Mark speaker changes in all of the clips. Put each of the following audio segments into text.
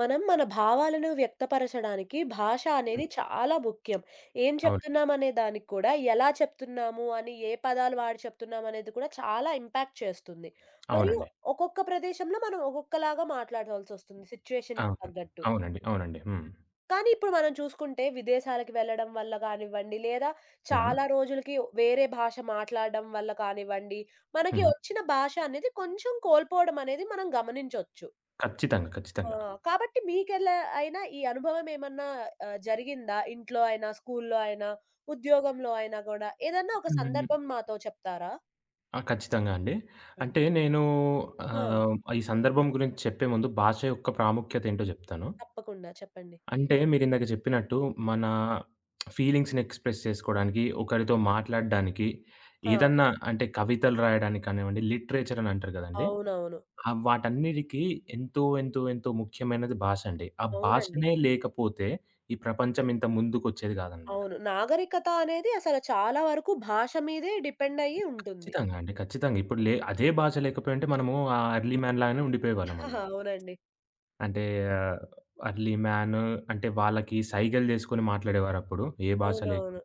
Speaker 1: మనం మన భావాలను వ్యక్తపరచడానికి భాష అనేది చాలా ముఖ్యం. ఏం
Speaker 2: అవును.
Speaker 1: చెప్తున్నాం అనే దానికి కూడా, ఎలా చెప్తున్నాము అని, ఏ పదాలు వాడి చెప్తున్నాం అనేది కూడా చాలా ఇంపాక్ట్ చేస్తుంది. మరియు
Speaker 2: అవునండి.
Speaker 1: ఒక్కొక్క ప్రదేశంలో మనం ఒక్కొక్కలాగా మాట్లాడాల్సొస్తుంది సిట్యుయేషన్‌కి
Speaker 2: అవును.
Speaker 1: తగ్గట్టు.
Speaker 2: అవునండి. అవునండి. హ్మ్.
Speaker 1: కానీ ఇప్పుడు మనం చూసుకుంటే విదేశాలకు వెళ్ళడం వల్ల కానివ్వండి, లేదా
Speaker 2: హ్మ్.
Speaker 1: చాలా రోజులకి వేరే భాష మాట్లాడడం వల్ల కానివ్వండి, మనకి
Speaker 2: హ్మ్.
Speaker 1: వచ్చిన భాష అనేది కొంచెం కోల్పోవడం అనేది మనం గమనించొచ్చు.
Speaker 2: ఖచ్చితంగా.
Speaker 1: ఆ!
Speaker 2: ఖచ్చితంగా.
Speaker 1: కాబట్టి మీకెలా అయినా ఈ అనుభవం ఏమన్నా జరిగిందా? ఇంట్లో అయినా, స్కూలులో అయినా, ఉద్యోగంలో అయినా గూడా ఏదన్నా ఒక
Speaker 2: హ్మ్.
Speaker 1: సందర్భం మాతో చెప్తారా?
Speaker 2: ఆ! ఖచ్చితంగా అండి.
Speaker 1: చెప్పండి.
Speaker 2: అంటే నేను
Speaker 1: ఆ!
Speaker 2: ఈ సందర్భం గురించి చెప్పే ముందు భాష యొక్క ప్రాముఖ్యత ఏంటో జెప్తాను.
Speaker 1: తప్పకుండా చెప్పండి.
Speaker 2: అంటే మీరిందాక జెప్పినట్టు మన ఫీలింగ్స్‌ని ఎక్స్‌ప్రెస్ చేసుకోవడానికి, ఒకరితో మాట్లాడడానికి,
Speaker 1: ఆ!
Speaker 2: ఏదన్నా అంటే కవితలు రాయడానికి కానివ్వండి, లిటరేచర్ అని అంటారు గదండీ!
Speaker 1: అవునవును.
Speaker 2: ఆ! వాటన్నిటికి ఎంతో, ఎంతో, ఎంతో ముఖ్యమైనది భాష అండి. ఆ
Speaker 1: అవునండి.
Speaker 2: భాషనే లేకపోతే ఈ ప్రపంచం ఇంత ముందుకొచ్చేది గాదనమాట.
Speaker 1: అవును. నాగరికత అనేది అసలు చాలా వరకు భాష మీదే డిపెండ్ అయ్యి ఉంటుంది.
Speaker 2: ఖచ్చితంగా అండి. ఖచ్చితంగా. ఇప్పుడు లే
Speaker 1: తప్పకుండా.
Speaker 2: అదే
Speaker 1: హ్మ్.
Speaker 2: భాష లేకపోయుంటే మనము ఆ అర్లీ మ్యాన్ లాగానే ఉండిపోయేవాళ్ళమనమాట.
Speaker 1: అవునండి.
Speaker 2: అంటే ఆహ్, అర్లీ మ్యాన్ అంటే వాళ్ళకి సైగలు జేసుకొని మాట్లాడేవారప్పుడు, ఏ భాష
Speaker 1: అవునవును.
Speaker 2: లేకుండా.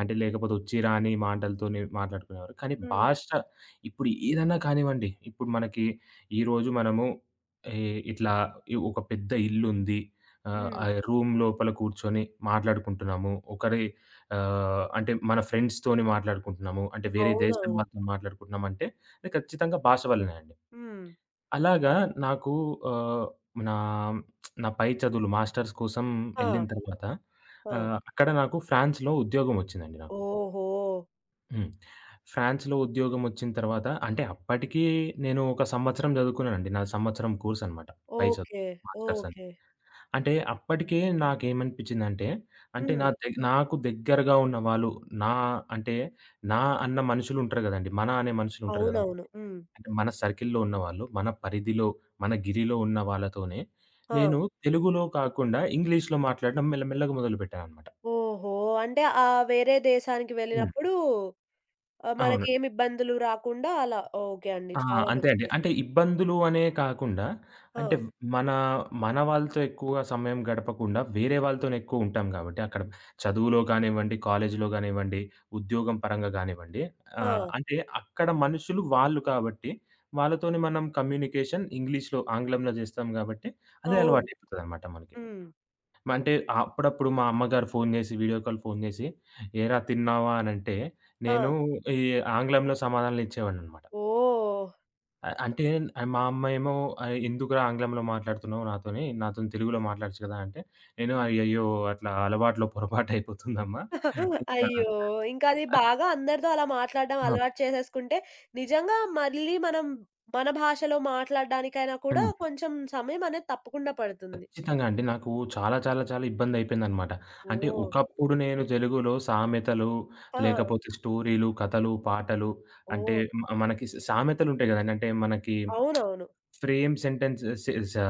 Speaker 2: అంటే లేకపోతే వచ్చి రాని మాటలతోనే మాట్లాడుకునేవారు. కానీ
Speaker 1: హ్మ్.
Speaker 2: భాష ఇప్పుడు ఏదన్నా కానివ్వండి, ఇప్పుడు మనకి ఈరోజు మనము ఈ ఇట్లా ఈ ఒక పెద్ద ఇల్లుంది. ఆ
Speaker 1: హ్మ్.
Speaker 2: ఆ రూమ్ లోపల కూర్చొని మాట్లాడుకుంటున్నాము. ఒకరి అంటే మన ఫ్రెండ్స్‌తోని మాట్లాడుకుంటున్నాము. అంటే వేరే దేశం
Speaker 1: అవునవును.
Speaker 2: వాళ్ళతో మాట్లాడుకుంటున్నాం అంటే అది ఖచ్చితంగా భాష వల్లనే అండి.
Speaker 1: హ్మ్.
Speaker 2: అలాగా నాకు ఆహ్, నా నా పై చదువులు మాస్టర్స్ కోసం ఎళ్ళిన
Speaker 1: ఆ!
Speaker 2: తర్వాత
Speaker 1: ఆ!
Speaker 2: అక్కడ నాకు ఫ్రాన్స్‌లో ఉద్యోగం వచ్చిందండి నాకు.
Speaker 1: ఓహో!
Speaker 2: హ్మ్. ఫ్రాన్స్‌లో ఉద్యోగమొచ్చిన తర్వాత అంటే అప్పటికి నేను ఒక సంవత్సరం చదువుకున్నానండి. నాది సంవత్సరం కోర్సనమాట. పై చదువు
Speaker 1: ఓకే.
Speaker 2: మాస్టర్స్ అని.
Speaker 1: ఓకే.
Speaker 2: అంటే అప్పటికే నాకేమనిపించిందంటే, అంటే నా
Speaker 1: హ్మ్.
Speaker 2: దెగ్ నాకు దగ్గరగా ఉన్న వాళ్ళు, నా అంటే నా అన్న మనుషులుంటారు గదండీ. మన అనే మనుషులుంటారు గదా!
Speaker 1: అవునవును. హ్మ్.
Speaker 2: అంటే మన సర్కిల్‌లో ఉన్నవాళ్ళు, మన పరిధిలో, మన గిరిలో ఉన్న వాళ్ళతోనే
Speaker 1: ఆ!
Speaker 2: నేను తెలుగులో కాకుండా ఇంగ్లీష్‌లో మాట్లాడడం మెల్లమెల్లగా మొదలుపెట్టాననమాట.
Speaker 1: ఓహో! అంటే వేరే దేశానికి
Speaker 2: హ్మ్.
Speaker 1: వెళ్ళినప్పుడు
Speaker 2: అవును.
Speaker 1: మనకేమి ఇబ్బందులు రాకుండా అలా ఓకే అండి.
Speaker 2: ఆ!
Speaker 1: చాలా
Speaker 2: అంతే
Speaker 1: మంచి
Speaker 2: అండి.
Speaker 1: విషయం.
Speaker 2: అంటే ఇబ్బందులు అనే కాకుండా
Speaker 1: ఆ!
Speaker 2: అంటే మన మన వాళ్ళతో ఎక్కువగా సమయం గడపకుండా వేరే వాళ్ళతోనే ఎక్కువ ఉంటాం కాబట్టి అక్కడ చదువులో కానివ్వండి, కాలేజీలో కానివ్వండి, ఉద్యోగం పరంగా కానివ్వండి,
Speaker 1: ఆ!
Speaker 2: అంటే అక్కడ మనుషులు వాళ్ళు కాబట్టి వాళ్ళతోని మనం కమ్యూనికేషన్ ఇంగ్లీష్‌లో ఆంగ్లంలో చేస్తాం కాబట్టి అదే
Speaker 1: అవును.
Speaker 2: అలవాటయిపోతదనమాట మనకి.
Speaker 1: హ్మ్.
Speaker 2: అంటే అప్పుడప్పుడు మా అమ్మగారు ఫోను చేసి వీడియో కాల్ ఫోను చేసి "ఏరా తిన్నావా?" అనంటే
Speaker 1: ఆ!
Speaker 2: నేను ఈ ఆంగ్లంలో సమాధానాలు ఇచ్చేవాడిననమాట.
Speaker 1: ఓహ్!
Speaker 2: అంటే మా అమ్మ ఏమో "ఎందుకురా ఆంగ్లంలో మాట్లాడుతున్నావు నాతోని? నాతోని తెలుగులో మాట్లాడొచ్చు కదా!" అంటే నేను "అయ్యయ్యో! అట్లా అలవాట్లో పొరపాటయిపోతుందమ్మా." ఇంకా
Speaker 1: అయ్యో! ఇంకా అది బాగా అందరితో అలా మాట్లాడడం
Speaker 2: ఆ!
Speaker 1: అలవాటు చేసేసుకుంటే నిజంగా మళ్ళీ మనం మన భాషలో మాట్లాడడానికైనా కూడా
Speaker 2: హ్మ్.
Speaker 1: కొంచెం సమయం అనేది తప్పకుండా పడుతుంది.
Speaker 2: ఖచ్చితంగా అండి. నాకు చాలా చాలా చాలా ఇబ్బందయిపోయిందనమాట. అంటే
Speaker 1: ఓహ్!
Speaker 2: ఒకప్పుడు నేను తెలుగులో సామెతలు,
Speaker 1: ఆ!
Speaker 2: లేకపోతే స్టోరీలు, కథలు, పాటలు, అంటే
Speaker 1: ఓహ్!
Speaker 2: మనకి సామెతలుంటాయి కదండీ! అంటే మనకి
Speaker 1: అవునవును.
Speaker 2: ఫ్రేమ్ సెంటెన్స్ సె స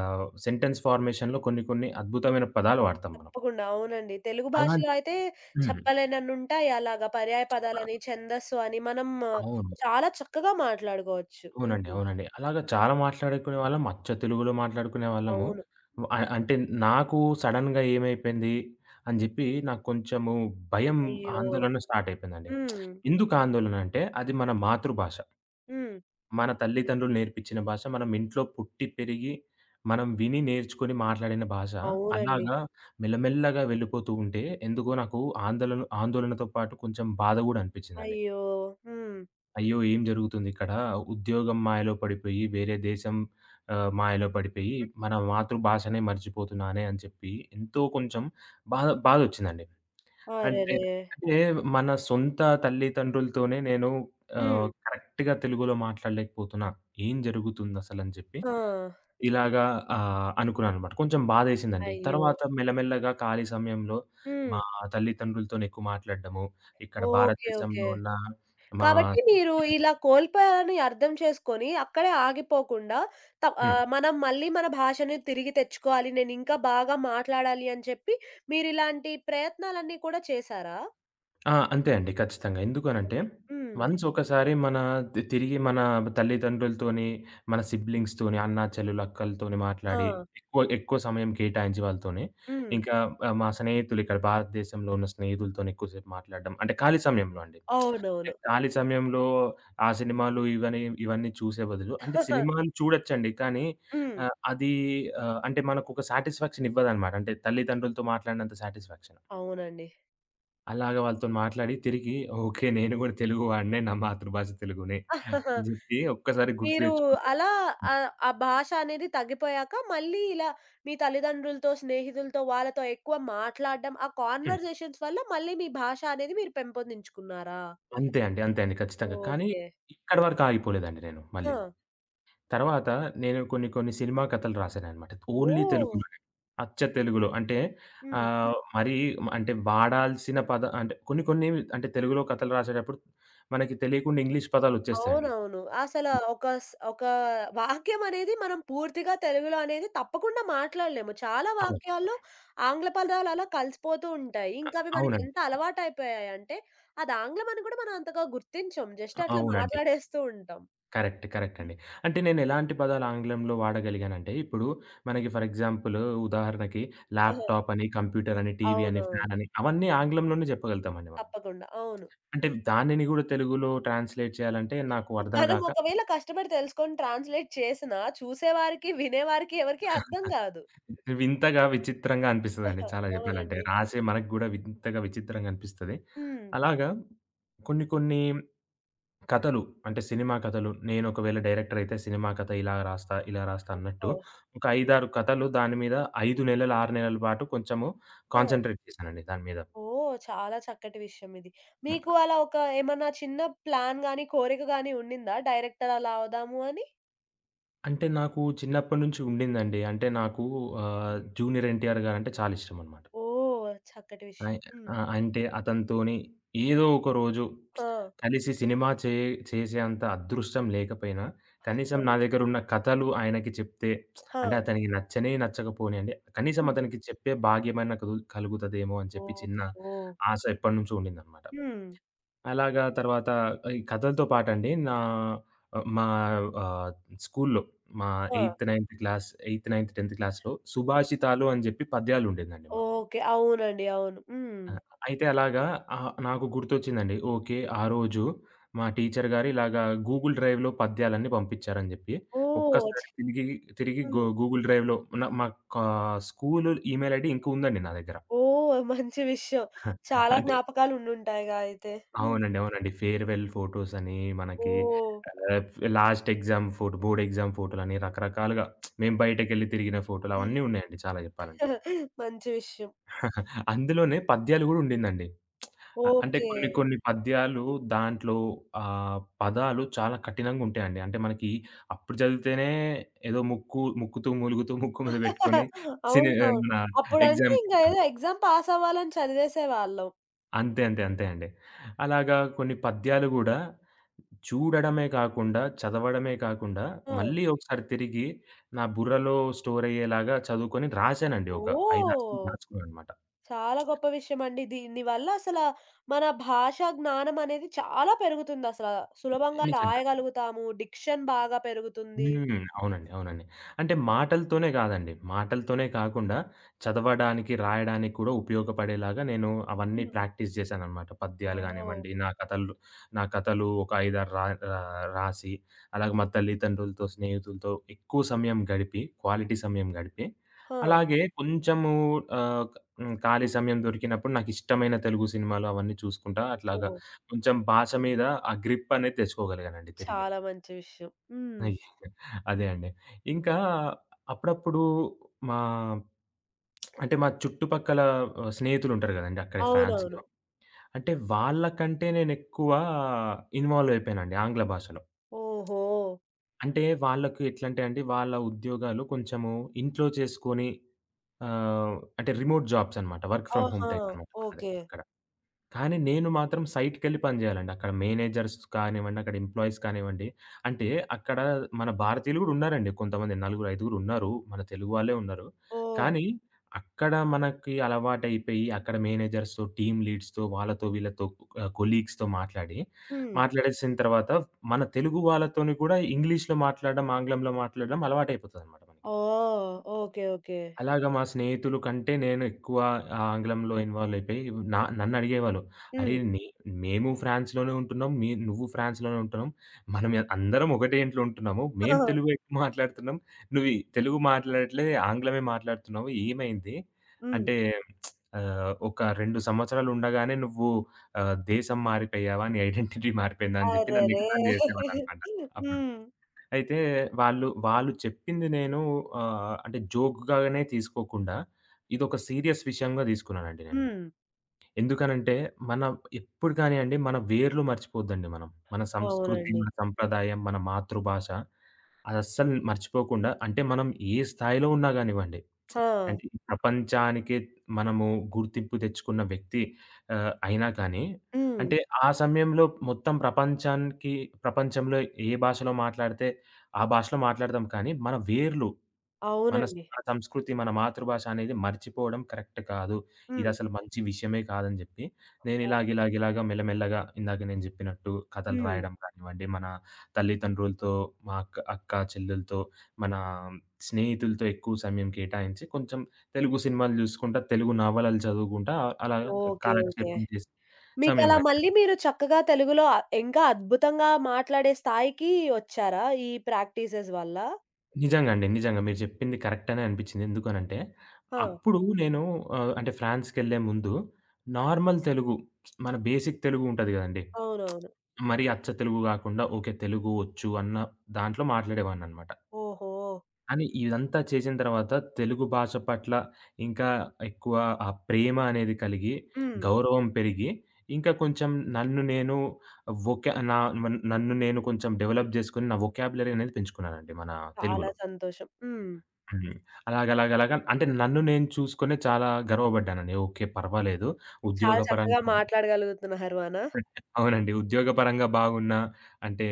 Speaker 2: సెంటెన్స్ ఫార్మేషన్‌లో కొన్ని కొన్ని అద్భుతమైన పదాలు వాడతాం మనం.
Speaker 1: తప్పకుండా. అవునండి. తెలుగు భాషలో
Speaker 2: అలాంటి
Speaker 1: అయితే
Speaker 2: హ్మ్.
Speaker 1: చెప్పలేనన్నుంటాయి. అలాగా పర్యాయ పదాలని, ఛందస్సు అని మనం ఆ,
Speaker 2: అవును.
Speaker 1: చాలా చక్కగా మాట్లాడుకోవచ్చు.
Speaker 2: అవునండి.
Speaker 1: హ్మ్.
Speaker 2: అవునండి. అలాగా చాలా మాట్లాడుకునేవాళ్ళం. అచ్చ తెలుగులో మాట్లాడుకునేవాళ్ళము.
Speaker 1: అవును.
Speaker 2: అంటే నాకు సడెన్‌గా ఏమైపోయింది అని జెప్పి నాకు కొంచెము భయం,
Speaker 1: అయ్యో!
Speaker 2: ఆందోళన స్టార్ట్ అయిపోయిందండి.
Speaker 1: హ్మ్.
Speaker 2: ఎందుకు ఆందోళన అంటే అది మన మాతృభాష.
Speaker 1: హ్మ్.
Speaker 2: మన తల్లిదండ్రులు నేర్పించిన భాష. మనం ఇంట్లో పుట్టి, పెరిగి, మనం విని, నేర్చుకొని మాట్లాడిన భాష.
Speaker 1: అవునండి.
Speaker 2: అలాగా మెల్లమెల్లగా వెళ్ళిపోతూ ఉంటే ఎందుకో నాకు ఆందోళనతో పాటు కొంచెం బాధ గూడా అనిపించిందండి.
Speaker 1: అయ్యో! హ్మ్.
Speaker 2: అయ్యో! ఏం జరుగుతుందిక్కడ? ఉద్యోగం మాయలో పడిపోయి, వేరే దేశం మాయలో పడిపోయి, మన మాతృభాషనే మర్చిపోతున్నానే అని చెప్పి, ఎంతో కొంచెం బాధొచ్చిందండి. అంటే,
Speaker 1: అరెరే!
Speaker 2: అంటే మన సొంత తల్లిదండ్రులతోనే నేను
Speaker 1: హ్మ్.
Speaker 2: కరెక్ట్‌గా తెలుగులో మాట్లాడలేకపోతున్నా. ఏం జరుగుతుందసలని చెప్పి,
Speaker 1: ఆ!
Speaker 2: ఇలాగా అనుకున్నాననమాట. కొంచెం బాధేసిందండి.
Speaker 1: అయ్యో!
Speaker 2: తర్వాత మెల్లమెల్లగా ఖాళీ సమయంలో
Speaker 1: హ్మ్.
Speaker 2: మా తల్లిదండ్రులతోని ఎక్కువ మాట్లాడడము, ఇక్కడ
Speaker 1: ఓకే. ఓకే.
Speaker 2: భారతదేశంలో ఉన్న మా
Speaker 1: కాబట్టి మీరు ఇలా కోల్పోయారని అర్థం చేసుకొని, అక్కడే ఆగిపోకుండా
Speaker 2: హ్మ్.
Speaker 1: మనం మళ్ళీ మన భాషని తిరిగి తెచ్చుకోవాలి. నేనింకా బాగా మాట్లాడాలి అని చెప్పి మీరిలాంటి ప్రయత్నాలన్నీ కూడా చేశారా?
Speaker 2: ఆ! అంతే అండి. ఖచ్చితంగా. ఎందుకు అనంటే,
Speaker 1: అండి. హ్మ్.
Speaker 2: వన్స్ ఒకసారి మన తిరిగి మన తల్లిదండ్రులతోని, మన సిబ్లింగ్స్‌తోని, అన్న, చెల్లెలు, అక్కలతోని
Speaker 1: ఆ!
Speaker 2: మాట్లాడి, ఎక్కువ ఎక్కువ సమయం కేటాయించి వాళ్ళతోని,
Speaker 1: హ్మ్.
Speaker 2: ఇంకా మా స్నేహితులు, ఇక్కడ భారతదేశంలో ఉన్న స్నేహితులతోని ఎక్కువసేపు మాట్లాడడం. అంటే ఖాళీ సమయంలో అండి.
Speaker 1: అవునవును.
Speaker 2: అంటే ఖాళీ సమయంలో ఆ సినిమాలు ఇవని ఇవన్నీ చూసే బదులు అంటే సినిమాలు చూడొచ్చండి. కానీ
Speaker 1: హ్మ్.
Speaker 2: అది అంటే మనకొక సాటిస్ఫాక్షన్ ఇవ్వదనమాట. అంటే తల్లిదండ్రులతో మాట్లాడినంత సాటిస్ఫాక్షన్.
Speaker 1: అవునండి.
Speaker 2: అలాగ వాళ్ళతోని మాట్లాడి తిరిగి ఓకే. నేను గూడా తెలుగు వాడినే. నా మాతృభాష తెలుగునే అని జెప్పి ఒక్కసారి గుర్తు
Speaker 1: మీరు
Speaker 2: తెచ్చుకుంటాం.
Speaker 1: అలా ఆ భాష అనేది తగ్గిపోయాక మళ్ళీ ఇలా మీ తల్లిదండ్రులతో, స్నేహితులతో వాళ్ళతో ఎక్కువ మాట్లాడడం, ఆ
Speaker 2: హ్మ్.
Speaker 1: కాన్వర్జేషన్స్ వల్ల మళ్ళీ మీ భాష అనేది మీరు పెంపొందించుకున్నారా?
Speaker 2: అంతే అండి. అంతే అండి. ఖచ్చితంగా. కానీ
Speaker 1: ఓకే.
Speaker 2: ఇక్కడి వరకు ఆగిపోలేదండి నేను
Speaker 1: ఆ!
Speaker 2: మళ్ళీ.
Speaker 1: హ్మ్.
Speaker 2: తర్వాత నేను కొన్ని కొన్ని సినిమా కథలు రాశాననమాట. ఓన్లీ
Speaker 1: ఓహ్!
Speaker 2: తెలుగులోనే. అచ్చ తెలుగులో. అంటే
Speaker 1: హ్మ్.
Speaker 2: మరి అంటే వాడాల్సిన పద అంటే కొన్ని కొన్ని అంటే తెలుగులో కథలు రాసేటప్పుడు మనకి తెలియకుండా ఇంగ్లీష్ పదాలొచ్చేస్తాయండి.
Speaker 1: అవునవును. అసల ఒక వాక్యమనేది మనం పూర్తిగా తెలుగులో అనేది తప్పకుండా మాట్లాడలేము. చాలా
Speaker 2: అవును.
Speaker 1: వాక్యాల్లో ఆంగ్ల పదాలు అలా కలిసిపోతూ ఉంటాయి. ఇంకా అవి
Speaker 2: అవునండి.
Speaker 1: మనకెంత అలవాటయిపోయాయంటే, అది ఆంగ్లం అని కూడా మనం అంతగా గుర్తించం. జస్ట్ అట్లా
Speaker 2: అవునండి.
Speaker 1: మాట్లాడేస్తూ ఉంటాం.
Speaker 2: కరెక్ట్. కరెక్ట్
Speaker 1: హ్మ్.
Speaker 2: అండి. అంటే నేనెలాంటి పదాలు ఆంగ్లంలో వాడగలిగానంటే, ఇప్పుడు మనకి ఫర్ ఎగ్జాంపుల్ ఉదాహరణకి
Speaker 1: ఆహా!
Speaker 2: ల్యాప్‌టాప్ అని, కంప్యూటర్ అని, టీవీ అని,
Speaker 1: అవునవును.
Speaker 2: ఫ్యాన్ అని అవన్నీ ఆంగ్లంలోనే చెప్పగలుగుతామండి మనం.
Speaker 1: తప్పకుండా. అవును.
Speaker 2: అంటే దానిని గూడా తెలుగులో ట్రాన్స్‌లేట్ చేయాలంటే నాకు అర్థం
Speaker 1: మనం
Speaker 2: గాక
Speaker 1: ఒకవేళ కష్టపడి తెలుసుకొని ట్రాన్స్‌లేట్ చేసినా చూసేవారికి, వినేవారికి ఎవరికీ అర్థం కాదు.
Speaker 2: వింతగా, విచిత్రంగా అనిపిస్తదండి,
Speaker 1: ఆహా!
Speaker 2: చాలా జెప్పాలంటే.
Speaker 1: అవునండి.
Speaker 2: రాసే మనకు గూడా వింతగా, విచిత్రంగా అనిపిస్తది.
Speaker 1: హ్మ్.
Speaker 2: అలాగా కొన్ని కొన్ని కథలు. అంటే సినిమా కథలు. నేనొకవేళ డైరెక్టర్ అయితే సినిమా కథ ఇలా రాస్తా, ఇలా రాస్తా అన్నట్టు,
Speaker 1: ఓహో!
Speaker 2: ఒక 5, 6 కథలు దాని మీద, 5 నెలలు, 6 నెలల పాటు కొంచెము
Speaker 1: ఆ!
Speaker 2: కాన్సంట్రేట్ చేశానండి దాని మీద.
Speaker 1: ఓహ్! చాలా చక్కటి విషయం ఇది.
Speaker 2: హ్మ్.
Speaker 1: మీకు అలా ఒక ఏమన్నా చిన్న ప్లాన్ గాని, కోరిక గాని ఉండిందా? డైరెక్టర్ అలా అవుదాము అని?
Speaker 2: అంటే నాకు చిన్నప్పటి నుంచి ఉండిందండి. అంటే నాకు
Speaker 1: హ్మ్.
Speaker 2: జూనియర్ ఎన్టీఆర్ గారంటే చాలా ఇష్టమనమాట.
Speaker 1: ఓహ్! చక్కటి విషయం.
Speaker 2: అయ్
Speaker 1: హ్మ్.
Speaker 2: ఆ! అంటే అతనితోని ఏదో ఒక రోజు
Speaker 1: ఆ!
Speaker 2: కలిసి సినిమా చే చేసేంత అదృష్టం లేకపోయినా, కనీసం నా
Speaker 1: అయ్యో!
Speaker 2: దగ్గరున్న కథలు ఆయనకి చెప్తే,
Speaker 1: ఆ!
Speaker 2: అంటే అతనికి నచ్చనే నచ్చకపోనియండి, కనీసం
Speaker 1: హ్మ్.
Speaker 2: అతనికి చెప్పే భాగ్యమైనా కలుగుతదేమో అని చెప్పి
Speaker 1: ఓహ్!
Speaker 2: చిన్న
Speaker 1: ఓహ్!
Speaker 2: ఆశ ఎప్పటినుంచో ఉండిందనమాట.
Speaker 1: హ్మ్.
Speaker 2: అలాగా తర్వాత ఈ కథలతో పాటండి నా మా ఆహ్, స్కూల్‌లో మా
Speaker 1: ఆ!
Speaker 2: Eighth, ninth class, eighth, ninth, 10థ్ క్లాస్‌లో సుభాషితాలు అని చెప్పి పద్యాలుండేదండి మాకు.
Speaker 1: ఓకే. అవునండి. అవును. హ్మ్.
Speaker 2: ఆ! అయితే అలాగా నాకు గుర్తొచ్చిందండి. ఓకే. ఆ రోజు మా టీచర్ గారు ఇలాగా గూగుల్ డ్రైవ్‌లో పద్యాలన్నీ పంపించారని జెప్పి,
Speaker 1: ఓహ్!
Speaker 2: ఒక్కసారి తిరిగి, తిరిగి
Speaker 1: హ్మ్.
Speaker 2: గూగుల్ డ్రైవ్‌లో మా కా స్కూలు ఈమెయిల్ ఐడీ ఇంకా ఉందండి నా దగ్గర.
Speaker 1: ఓహ్! మంచి విషయం. చాలా
Speaker 2: అంటే
Speaker 1: జ్ఞాపకాలు ఉండుంటాయిగా అయితే. హ్మ్.
Speaker 2: అవునండి. అవునండి. ఫేర్‌వెల్ ఫోటోస్ అని మనకి
Speaker 1: ఓహ్!
Speaker 2: ఆహ్, last exam photo, board exam ఫోటోలని రకరకాలుగా మేము బయటకెళ్ళి తిరిగిన ఫోటోలు
Speaker 1: హ్మ్.
Speaker 2: అవన్నీ ఉన్నాయండి, చాలా జెప్పాలంటే.
Speaker 1: మంచి విషయం.
Speaker 2: అందులోనే పద్యాలు గూడా ఉండిందండి. అంటే
Speaker 1: ఓకే.
Speaker 2: కొన్ని కొన్ని పద్యాలు దాంట్లో పదాలు చాలా కఠినంగా ఉంటాయండి. అంటే మనకి అప్పుడు చదివితేనే ఏదో ముక్కు ముక్కుతూ, మూలుగుతూ, ముక్కు మీద పెట్టుకొని సిని
Speaker 1: అవునవును.
Speaker 2: మన
Speaker 1: అప్పుడంటే ఇంక
Speaker 2: ఎగ్జామ్‌కెళ్ళాం.
Speaker 1: ఏదో ఎగ్జామ్ పాస్ అవ్వాలని చదివేసేవాళ్ళం.
Speaker 2: అంతే అండి. అలాగా కొన్ని పద్యాలు గూడా చూడడమే కాకుండా, చదవడమే కాకుండా,
Speaker 1: ఆ!
Speaker 2: మళ్ళీ ఒకసారి తిరిగి నా బుర్రలో స్టోర్ అయ్యేలాగా చదువుకొని రాసానండి. ఒక 5, 6 సార్లు
Speaker 1: ఓహ్!
Speaker 2: రాసుకున్నాననమాట.
Speaker 1: చాలా గొప్ప విషయమండి. దీని వల్ల అసల మన భాషా జ్ఞానం అనేది చాలా పెరుగుతుందసల. సులభంగా
Speaker 2: నిజంగా.
Speaker 1: రాయగలుగుతాము. డిక్షన్ బాగా పెరుగుతుంది.
Speaker 2: హ్మ్. అవునండి. అవునండి. అంటే మాటలతోనే గాదండి. మాటలతోనే కాకుండా చదవడానికి, రాయడానికి కూడా ఉపయోగపడేలాగా నేను అవన్నీ
Speaker 1: హ్మ్.
Speaker 2: ప్రాక్టీస్ జేశాననమాట. పద్యాలు
Speaker 1: ఓహ్!
Speaker 2: గానివ్వండి, నా కథలు ఒక 5, 6 రా రా రాసి, అలాగే మా తల్లిదండ్రులతో, స్నేహితులతో ఎక్కువ సమయం గడిపి, క్వాలిటీ సమయం గడిపి,
Speaker 1: ఆ!
Speaker 2: అలాగే కొంచెము ఆహ్, హ్మ్, ఖాళీ సమయం దొరికినప్పుడు నాకిష్టమైన తెలుగు సినిమాలు అవన్నీ చూసుకుంటా అట్లాగా
Speaker 1: ఓహ్!
Speaker 2: కొంచెం భాష మీద ఆ గ్రిప్ అనేది తెచ్చుకోగలిగానండి తిరిగి.
Speaker 1: చాలా మంచి విషయం. హ్మ్.
Speaker 2: అదే అండి. ఇంకా అప్పుడప్పుడు మా అంటే మా చుట్టుపక్కల స్నేహితులుంటారు గదండీ! అక్కడే
Speaker 1: అవునవును.
Speaker 2: ఫ్రాన్స్‌లో. అంటే వాళ్ళకంటే నేనెక్కువ ఇన్వాల్వ్ అయిపోయానండి ఆంగ్ల భాషలో.
Speaker 1: ఓహో!
Speaker 2: అంటే వాళ్ళకి ఎట్లంటే అండి, వాళ్ళ ఉద్యోగాలు కొంచెము ఇంట్లో చేసుకొని, అంటే రిమోట్ జాబ్స్ అనమాట. వర్క్ ఫ్రమ్ హోమ్
Speaker 1: ఆహా!
Speaker 2: టైప్ అనమాట వాళ్ళది
Speaker 1: ఓకే.
Speaker 2: అక్కడ. కానీ నేను మాత్రం సైట్‌కెళ్ళి పని జేయాలండి. అక్కడ మేనేజర్స్ కానివ్వండి, అక్కడ ఎంప్లాయీస్ కానివ్వండి, అంటే అక్కడ మన భారతీయులు గూడా ఉన్నారండి. కొంతమంది నలుగురు, ఐదుగురు ఉన్నారు. మన తెలుగు వాళ్ళే ఉన్నారు.
Speaker 1: ఓహ్!
Speaker 2: కానీ అక్కడ మనకి అలవాటైపోయి, అక్కడ మేనేజర్స్‌తో, టీమ్ లీడ్స్‌తో, వాళ్ళతో వీళ్ళతో కొలీగ్స్‌తో మాట్లాడి,
Speaker 1: హ్మ్.
Speaker 2: మాట్లాడేసిన తర్వాత మన తెలుగు వాళ్ళతోని కూడా ఇంగ్లీష్‌లో మాట్లాడడం, ఆంగ్లంలో మాట్లాడడం అలవాటైపోతదనమాట మనకి.
Speaker 1: ఓహ్! ఓకే. ఓకే.
Speaker 2: అలాగా మా స్నేహితులు కంటే నేను ఎక్కువ ఆ ఆంగ్లంలో ఇన్వాల్వ్ అయిపోయి నన్నడిగేవాళ్ళు. "అరే!
Speaker 1: హ్మ్.
Speaker 2: మేము ఫ్రాన్స్‌లోనే ఉంటున్నాం. నువ్వు ఫ్రాన్స్‌లోనే ఉంటున్నాం. మనం ఎ అందరం ఒకటే ఇంట్లో ఉంటున్నాము.
Speaker 1: ఆ!
Speaker 2: మేము తెలుగు ఎక్కువ మాట్లాడుతున్నాం. నువ్వు ఈ తెలుగు మాట్లాడట్లే, ఆంగ్లమే మాట్లాడుతున్నావు. ఏమైంది?
Speaker 1: హ్మ్.
Speaker 2: అంటే ఒక 2 సంవత్సరాలు ఉండగానే నువ్వు దేశం మారిపోయావా? నీ ఐడెంటిటీ మారిపోయిందా?" అని చెప్పి నన్ను
Speaker 1: అరెరే!
Speaker 2: ఎగతాళి చేసేవాళ్ళనమాట అప్పుడు.
Speaker 1: హ్మ్.
Speaker 2: అయితే వాళ్ళు చెప్పింది నేను అంటే జోక్‌గానే తీసుకోకుండా, ఇదొక సీరియస్ విషయంగా తీసుకున్నానండి నేను.
Speaker 1: హ్మ్.
Speaker 2: ఎందుకనంటే, మన ఎప్పుడు కానియండి మన వేర్లు మర్చిపోవద్దండి మనం. మన సంస్కృతి,
Speaker 1: అవునండి.
Speaker 2: మన సంప్రదాయం, మన మాతృభాష అదస్సలు మర్చిపోకుండా అంటే మనం ఏ స్థాయిలో ఉన్నా గానివ్వండి,
Speaker 1: ఆ!
Speaker 2: అంటే ఈ ప్రపంచానికే మనము గుర్తింపు తెచ్చుకున్న వ్యక్తి అయినా కానీ,
Speaker 1: హ్మ్.
Speaker 2: అంటే ఆ సమయంలో మొత్తం ప్రపంచానికి ప్రపంచంలో ఏ భాషలో మాట్లాడితే ఆ భాషలో మాట్లాడదాం కానీ, మన వేర్లు,
Speaker 1: అవునండి.
Speaker 2: మన సంస్కృతి, మన మాతృభాష అనేది మర్చిపోవడం కరెక్ట్ కాదు.
Speaker 1: హ్మ్.
Speaker 2: ఇదసలు మంచి విషయమే కాదని జెప్పి, నేను
Speaker 1: ఓహ్!
Speaker 2: ఇలాగ మెల్లమెల్లగా ఇందాక నేను జెప్పినట్టు కథలు
Speaker 1: హ్మ్.
Speaker 2: రాయడం కానివ్వండి, మన తల్లిదండ్రులతో, మా అక్కా చెల్లెలతో, మన స్నేహితులతో ఎక్కువ సమయం కేటాయించి, కొంచెం తెలుగు సినిమాలు జూసుకుంటా, తెలుగు నవలలు చదువుకుంటా అలాగా
Speaker 1: ఓకే. ఓకే.
Speaker 2: కాలక్షేపం చేసి సమయం
Speaker 1: మీకలా మళ్ళీ
Speaker 2: గడిపాను.
Speaker 1: మీరు చక్కగా తెలుగులో ఇంకా అద్భుతంగా మాట్లాడే స్థాయికి వచ్చారా? ఈ ప్రాక్టీసెస్ వల్ల?
Speaker 2: నిజంగా అండి. నిజంగా. మీరు చెప్పింది కరెక్ట్ అనే అనిపించింది. ఎందుకనంటే,
Speaker 1: ఆ!
Speaker 2: అప్పుడు నేను అంటే ఫ్రాన్స్‌కెళ్ళే ముందు నార్మల్ తెలుగు, మన బేసిక్ తెలుగు ఉంటది గదండీ!
Speaker 1: అవునవును.
Speaker 2: మరి అచ్చ తెలుగు గాకుండా ఓకే. తెలుగు వచ్చు అన్న దాంట్లో మాట్లాడేవాడిననమాట.
Speaker 1: ఓహో!
Speaker 2: కానీ ఇదంతా చేసిన తర్వాత తెలుగు భాష పట్ల ఇంకా ఎక్కువ ఆ ప్రేమ అనేది కలిగి,
Speaker 1: హ్మ్.
Speaker 2: గౌరవం పెరిగి, ఇంకా కొంచెం నన్ను నేను వొక నా నన్ను నేను కొంచెం డెవలప్ జేసుకొని, నా వొకాబులరీ అనేది పెంచుకున్నానండి మన
Speaker 1: చాలా
Speaker 2: తెలుగులో.
Speaker 1: సంతోషం. హ్మ్.
Speaker 2: హ్మ్. అలాగలాగలాగా అంటే నన్ను నేను చూసుకునే చాలా గర్వపడ్డానండి. ఓకే. పర్వాలేదు.
Speaker 1: చాలా చక్కగా
Speaker 2: ఉద్యోగపరంగా
Speaker 1: మాట్లాడగలుగుతున్నారు అనా?
Speaker 2: అవునండి. ఉద్యోగపరంగా బాగున్నా, అంటే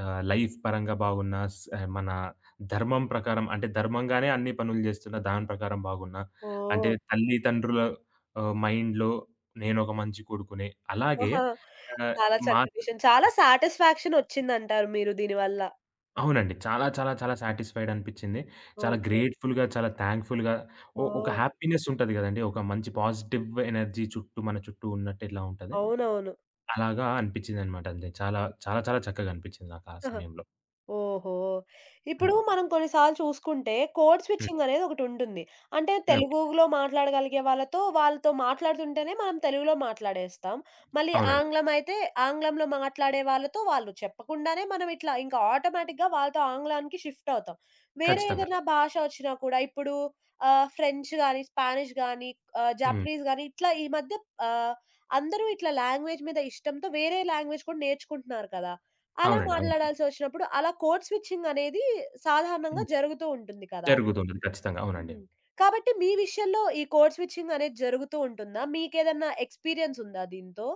Speaker 2: లైఫ్ పరంగా బాగున్నా, మన ధర్మం ప్రకారం అంటే ధర్మంగానే అన్ని పనులు చేస్తున్నా, దాని ప్రకారం బాగున్నా, అంటే
Speaker 1: ఓహ్!
Speaker 2: తల్లిదండ్రుల మైండ్‌లో నేనొక మంచి కొడుకునే. అలాగే
Speaker 1: ఆహా!
Speaker 2: ఆహ్,
Speaker 1: చాలా
Speaker 2: మా
Speaker 1: చక్కటి విషయం. చాలా సాటిస్ఫాక్షన్ వచ్చిందంటారు మీరు దీనివల్ల.
Speaker 2: అవునండి. చాలా, చాలా, చాలా సాటిస్ఫైడ్ అనిపిచ్చింది. చాలా
Speaker 1: ఓకే.
Speaker 2: గ్రేట్‌ఫుల్‌గా, చాలా థాంక్‌ఫుల్‌గా ఒక
Speaker 1: ఓహ్!
Speaker 2: హ్యాపీనెస్ ఉంటది గదండీ! ఒక మంచి పాజిటివ్ ఎనర్జీ చుట్టూ మన చుట్టూ ఉన్నట్టు ఎట్లా ఉంటది.
Speaker 1: అవునవును.
Speaker 2: అలాగా అనిపిచ్చిందనమాట అంతే. చాలా, చాలా, చాలా చక్కగా అనిపిచ్చింది నాకు ఆ
Speaker 1: ఆ!
Speaker 2: సమయంలో.
Speaker 1: ఓహో! ఇప్పుడు
Speaker 2: హ్మ్.
Speaker 1: మనం కొన్నిసార్లు చూసుకుంటే కోడ్
Speaker 2: హ్మ్.
Speaker 1: స్విచ్చింగ్ అనేది ఒకటుంటుంది. అంటే
Speaker 2: ఓకే.
Speaker 1: తెలుగులో మాట్లాడగలిగే వాళ్ళతో మాట్లాడుతుంటేనే మనం తెలుగులో మాట్లాడేస్తాం. మళ్ళీ
Speaker 2: అవునండి.
Speaker 1: ఆంగ్లం అయితే ఆంగ్లంలో మాట్లాడే వాళ్ళతో వాళ్ళు చెప్పకుండానే మనం ఇట్లా ఇంకా ఆటోమేటిక్‌గా వాళ్ళతో ఆంగ్లానికి షిఫ్ట్ అవుతాం. వేరే
Speaker 2: ఖచ్చితంగా.
Speaker 1: ఏదైనా భాష వచ్చినా కూడా ఇప్పుడు ఫ్రెంచ్ గానీ, స్పానిష్ గానీ,
Speaker 2: హ్మ్.
Speaker 1: జాపనీస్ గానీ ఇట్లా ఈ మధ్య ఆహ్, అందరూ ఇట్లా లాంగ్వేజ్ మీద ఇష్టంతో వేరే లాంగ్వేజ్ కూడా నేర్చుకుంటున్నారు కదా! అలా
Speaker 2: అవునండి. అవునండి.
Speaker 1: మాట్లాడాల్సొచ్చినప్పుడు అలా కోడ్ స్విచ్చింగ్ అనేది సాధారణంగా
Speaker 2: హ్మ్.
Speaker 1: జరుగుతూ ఉంటుంది కదా!
Speaker 2: జరుగుతుంది. ఖచ్చితంగా. అవునండి.
Speaker 1: హ్మ్. కాబట్టి మీ విషయంలో ఈ కోడ్ స్విచ్చింగ్ అనేది జరుగుతూ ఉంటుందా? మీకేదన్నా ఎక్స్‌పీరియన్స్ ఉందా దీంతో?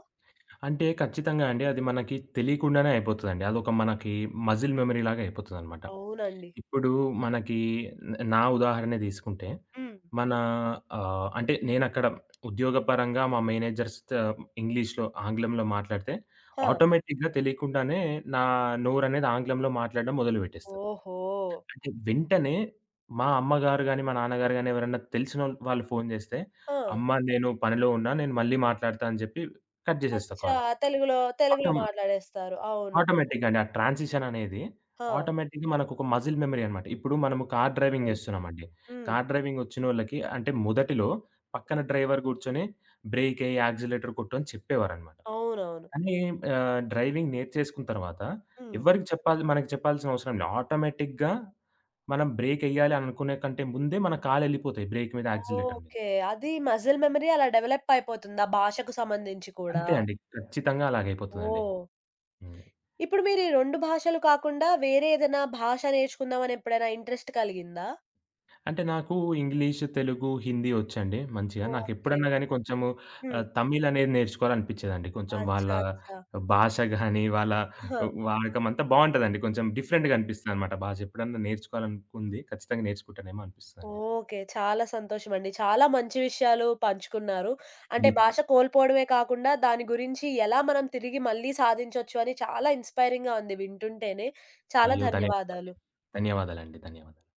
Speaker 2: అంటే ఖచ్చితంగా అండి, అది మనకి తెలియకుండానే అయిపోతదండి. అదొక మనకి మజిల్ మెమరీ లాగా అయిపోతదనమాట.
Speaker 1: అవునండి.
Speaker 2: ఇప్పుడు మనకి నా ఉదాహరణే తీసుకుంటే,
Speaker 1: హ్మ్.
Speaker 2: మన అంటే నేనక్కడ ఉద్యోగపరంగా మా మేనేజర్స్‌తో ఇంగ్లీష్‌లో, ఆంగ్లంలో మాట్లాడితే
Speaker 1: ఆ!
Speaker 2: ఆటోమేటిక్‌గా తెలియకుండానే నా నోరనేది ఆంగ్లంలో మాట్లాడడం మొదలుపెట్టేస్తది.
Speaker 1: ఓహో!
Speaker 2: అంటే వెంటనే మా అమ్మగారు గాని, మా నాన్నగారు గాని, ఎవరన్నా తెలిసినోళ్ళు వాళ్ళు ఫోను చేస్తే,
Speaker 1: ఆ!
Speaker 2: "అమ్మ నేను పనిలో ఉన్నా, నేను మళ్ళీ మాట్లాడతా" అని చెప్పి కట్ చేసేస్తా
Speaker 1: అచ్చా!
Speaker 2: కాలు.
Speaker 1: తెలుగులో తెలుగులో
Speaker 2: ఆటం
Speaker 1: మాట్లాడేస్తారు. అవును.
Speaker 2: ఆటోమేటిక్‌గా అండి. ఆ ట్రాన్సిషన్ అనేది
Speaker 1: ఆ!
Speaker 2: ఆటోమేటిక్‌గా మనకొక మజిల్ మెమరీ అనమాట. ఇప్పుడు మనము కార్
Speaker 1: ఓకే.
Speaker 2: డ్రైవింగ్ జేస్తున్నామండి.
Speaker 1: హ్మ్.
Speaker 2: కార్ డ్రైవింగ్ వచ్చినోళ్ళకి అంటే మొదటిలో పక్కన డ్రైవర్ గూర్చొని బ్రేకేయి, యాక్సిలరేటర్ కొట్టు అని చెప్పేవారనమాట.
Speaker 1: అవునవును.
Speaker 2: కానీ డ్రైవింగ్ నేర్చేసుకున్న తర్వాత
Speaker 1: హ్మ్.
Speaker 2: ఎవ్వరికి చెప్పాలి, మనకి చెప్పాల్సిన అవసరం లే. ఆటోమేటిక్‌గా మనం బ్రేకేయాలి అనుకునే కంటే ముందే మన కాళ్ళెళ్ళిపోతాయి బ్రేక్ మీద, యాక్సిలరేటర్ మీద.
Speaker 1: ఓకే. అది మజిల్ మెమరీ అలా డెవలప్ అయిపోతుంది. ఆ భాషకు సంబంధించి కూడా.
Speaker 2: అంతే అండి. ఖచ్చితంగా అలాగైపోతదండి.
Speaker 1: ఓహ్!
Speaker 2: హ్మ్.
Speaker 1: ఇప్పుడు మీరు ఈ 2 భాషలు కాకుండా వేరే ఏదైనా భాష నేర్చుకుందాం అని ఎప్పుడైనా ఇంట్రెస్ట్ కలిగిందా?
Speaker 2: అంటే నాకు ఇంగ్లీష్, తెలుగు, హిందీ వచ్చండి మంచిగా.
Speaker 1: ఓకే.
Speaker 2: నాకెప్పుడన్నా గాని కొంచెము
Speaker 1: హ్మ్.
Speaker 2: తమిళ్ అనేది నేర్చుకోవాలనిపిచ్చేదండి. కొంచెం వాళ్ళ
Speaker 1: అచ్చా! అచ్చా!
Speaker 2: భాష గాని, వాళ్ళ
Speaker 1: ఆహా!
Speaker 2: వాడకం అంతా బావుంటదండి. కొంచెం డిఫరెంట్‌గా అనిపిస్తదనమాట భాష. ఎప్పుడన్నా నేర్చుకోవాలనుకుంది. ఖచ్చితంగా నేర్చుకుంటానేమో అనిపిస్తదండి.
Speaker 1: ఓకే. చాలా సంతోషమండి. చాలా మంచి విషయాలు పంచుకున్నారు. అంటే
Speaker 2: మీ
Speaker 1: భాష కోల్పోవడమే కాకుండా దాని గురించి ఎలా మనం తిరిగి మళ్ళీ సాధించొచ్చు అని చాలా ఇన్‌స్పైరింగ్‌గా ఉంది వింటుంటేనే. చాలా
Speaker 2: అయ్యో! ధన్యవాదాలండి.
Speaker 1: ధన్యవాదాలు.
Speaker 2: ధన్యవాదాలండి. ధన్యవాదాలు.